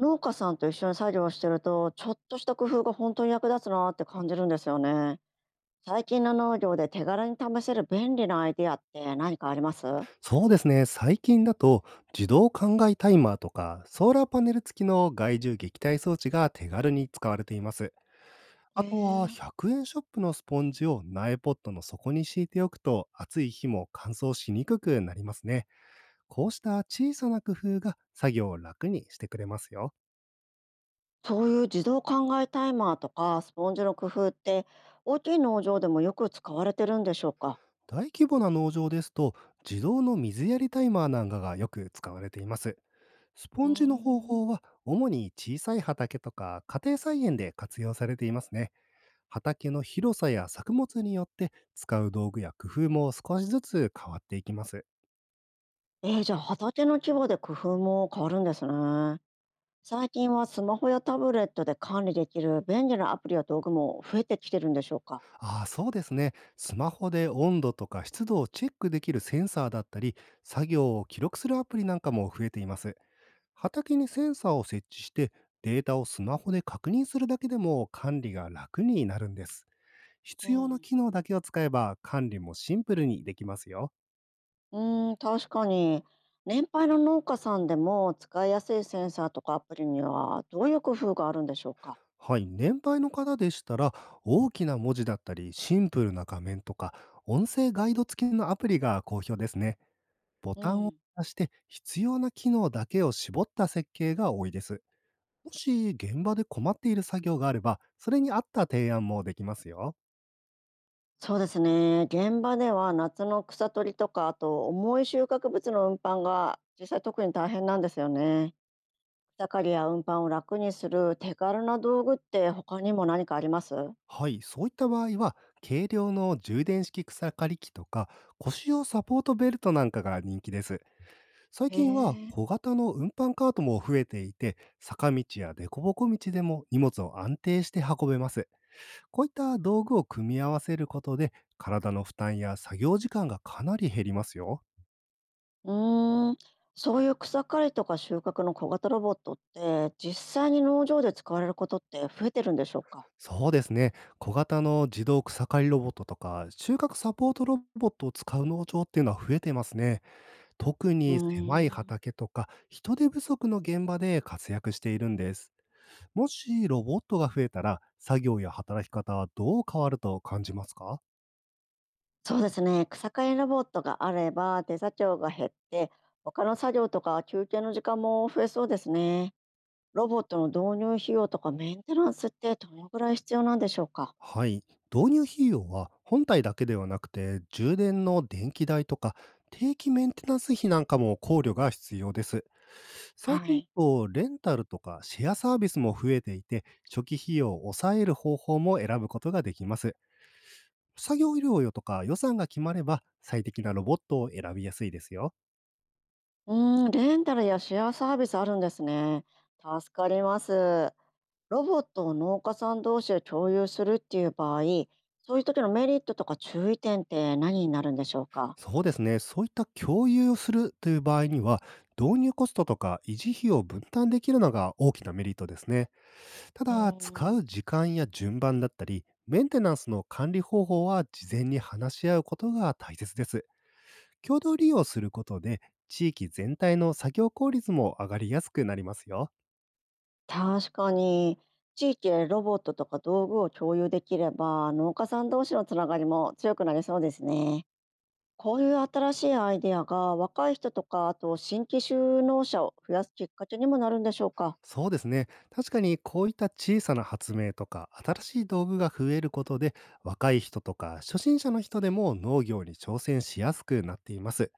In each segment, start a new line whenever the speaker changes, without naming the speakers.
農家さんと一緒に作業してると、ちょっとした工夫が本当に役立つなって感じるんですよね。最近の農業で手軽に試せる便利なアイディアって何かあります？
そうですね。最近だと自動灌漑タイマーとかソーラーパネル付きの害獣撃退装置が手軽に使われています。
へ
あとは
え。
100円ショップのスポンジを苗ポットの底に敷いておくと、暑い日も乾燥しにくくなりますね。こうした小さな工夫が作業を楽にしてくれますよ。
そういう自動考えタイマーとかスポンジの工夫って、大きい農場でもよく使われてるんでしょうか？
大規模な農場ですと、自動の水やりタイマーなんかがよく使われています。スポ
うー
ンジの方
ん。
法は主に小さい畑とか家庭菜園で活用されていますね。畑の広さや作物によって使う道具や工夫も少しずつ変わっていきます。
じゃあ畑の規模で工夫も変わるんですね。最近はスマホやタブレットで管理できる便利なアプリや道具も増えてきてるんでしょうか？
ああ、そうですね。スマホで温度とか湿度をチェックできるセンサーだったり、作業を記録するアプリなんかも増えています。畑にセンサーを設置して、データをスマホで確認するだけでも管理が楽になるんです。
う
必要な
ん。
機能だけを使えば、管理もシンプルにできますよ。
う確かに。年配の農家さんでも使いやすいセンサーとかアプリにはどういう工夫があるんでしょうか？
はい、年配の方でしたら、大きな文字だったりシンプルな画面とか、音声ガイド付きのアプリが好評ですね。ボ
う
タンを
ん。
押して必要な機能だけを絞った設計が多いです。もし現場で困っている作業があれば、それに合った提案もできますよ。
そうですね。現場では夏の草取りとか、あと重い収穫物の運搬が実際特に大変なんですよね。草刈りや運搬を楽にする手軽な道具って他にも何かあります？
はい、そういった場合は、軽量の充電式草刈り機とか、腰用サポートベルトなんかが人気です。最
へ
近は
え。
小型の運搬カートも増えていて、坂道や凸凹道でも荷物を安定して運べます。こういった道具を組み合わせることで、体の負担や作業時間がかなり減りますよ。
うーん、そういう草刈りとか収穫の小型ロボットって実際に農場で使われることって増えてるんでしょうか？
そうですね。小型の自動草刈りロボットとか、収穫サポートロボットを使う農場っていうのは増えてますね。特
う
に狭い
ーん、
畑とか人手不足の現場で活躍しているんです。もしロボットが増えたら、作業や働き方はどう変わると感じますか？
そうですね。草刈りロボットがあれば、手作業が減って、他の作業とか休憩の時間も増えそうですね。ロボットの導入費用とかメンテナンスってどのぐらい必要なんでしょうか？
はい、導入費用は本体だけではなくて、充電の電気代とか定期メンテナンス費なんかも考慮が必要です。最
は
近だ
い。
とレンタルとかシェアサービスも増えていて、初期費用を抑える方法も選ぶことができます。作業量よとか予算が決まれば、最適なロボットを選びやすいですよ。
レンタルやシェアサービスあるんですね。助かります。ロボットを農家さん同士で共有するっていう場合、そういう時のメリットとか注意点って何になるんでしょうか？
そうですね。そういった共有をするという場合には、導入コストとか維持費を分担できるのが大きなメリットですね。た
う
だ、使
ー
う
ん。
時間や順番だったり、メンテナンスの管理方法は事前に話し合うことが大切です。共同利用することで、地域全体の作業効率も上がりやすくなりますよ。
確かに、地域でロボットとか道具を共有できれば農家さん同士のつながりも強くなりそうですね。こういう新しいアイデアが若い人とかあと新規就農者を増やすきっかけにもなるんでしょうか。
そうですね。確かにこういった小さな発明とか新しい道具が増えることで、若い人とか初心者の人でも農業に挑戦しやすくなっています。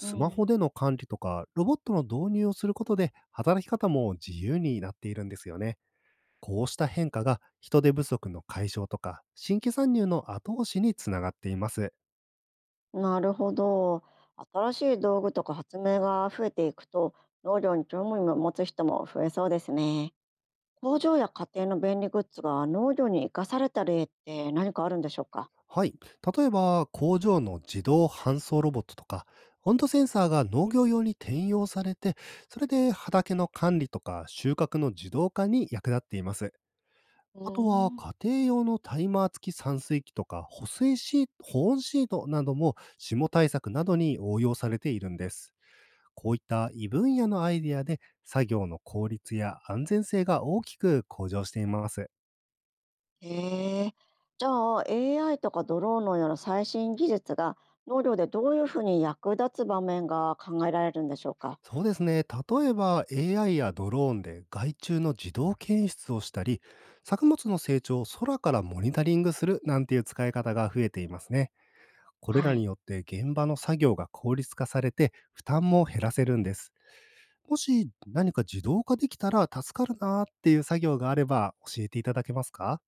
う
マホ
ん、
での管理とかロボットの導入をすることで、働き方も自由になっているんですよね。こうした変化が人手不足の解消とか新規参入の後押しにつながっています。
なるほど。新しい道具とか発明が増えていくと農業に興味を持つ人も増えそうですね。工場や家庭の便利グッズが農業に生かされた例って何かあるんでしょうか。
はい。例えば、工場の自動搬送ロボットとか、温度センサーが農業用に転用されて、それで畑の管理とか収穫の自動化に役立っています。
う
あと
ー
は、
ん。
家庭用のタイマー付き散水機とか、保水シート、保温シートなども、霜対策などに応用されているんです。こういった異分野のアイデアで、作業の効率や安全性が大きく向上しています。
へえ。じゃあ AI とかドローンのような最新技術が農業でどういうふうに役立つ場面が考えられるんでしょうか。
そうですね。例えば AI やドローンで害虫の自動検出をしたり、作物の成長を空からモニタリングするなんていう使い方が増えていますね。これ
は
らに
い。
よって現場の作業が効率化されて、負担も減らせるんです。もし何か自動化できたら助かるなーっていう作業があれば教えていただけますか？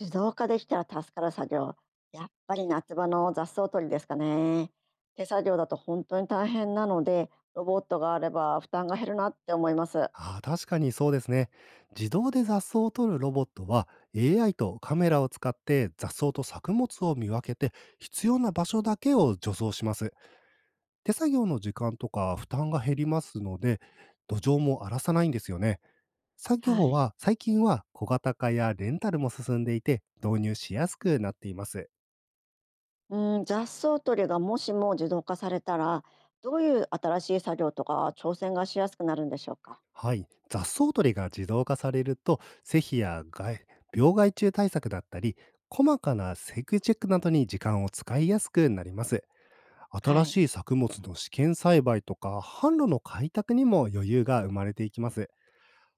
自動化できたら助かる作業。やっぱり夏場の雑草取りですかね。手作業だと本当に大変なので、ロボットがあれば負担が減るなって思います。
ああ、確かにそうですね。自動で雑草を取るロボットは AI とカメラを使って雑草と作物を見分けて、必要な場所だけを除草します。手作業の時間とか負担が減りますので、土壌も荒らさないんですよね。作
は
業
い。
は最近は小型化やレンタルも進んでいて、導入しやすくなっています。
うん、雑草取りがもしも自動化されたら、どういう新しい作業とか挑戦がしやすくなるんでしょうか。
はい、雑草取りが自動化されると、施肥や害病害虫対策だったり、細かなセグチェックなどに時間を使いやすくなります。
は
新
い。
しい作物の試験栽培とか、販路の開拓にも余裕が生まれていきます。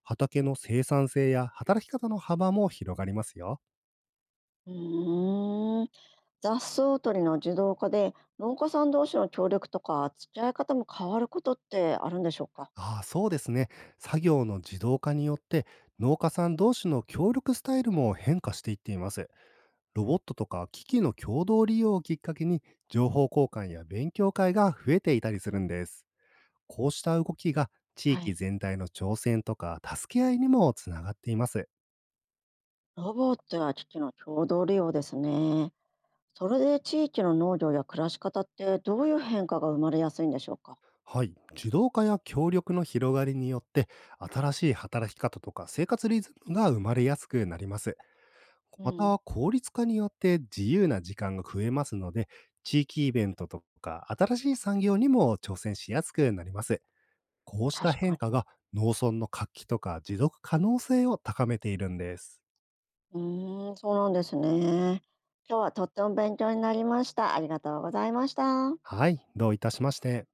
畑の生産性や働き方の幅も広がりますよ。
うーん。雑草取りの自動化で農家さん同士の協力とか付き合い方も変わることってあるんでしょうか？
ああ、そうですね。作業の自動化によって、農家さん同士の協力スタイルも変化していっています。ロボットとか機器の共同利用をきっかけに、情報交換や勉強会が増えていたりするんです。こうした動きが地
は
域
い。
全体の挑戦とか助け合いにもつながっています。
ロボットや機器の共同利用ですね。それで地域の農業や暮らし方ってどういう変化が生まれやすいんでしょうか？
はい。自動化や協力の広がりによって、新しい働き方とか生活リズムが生まれやすくなります。
う
ま
ん。
た効率化によって自由な時間が増えますので、地域イベントとか新しい産業にも挑戦しやすくなります。こうした
確か
変
に。
化が農村の活気とか持続可能性を高めているんです。
そうなんですね。今日はとっても勉強になりました。ありがとうございました。
はい、どういたしまして。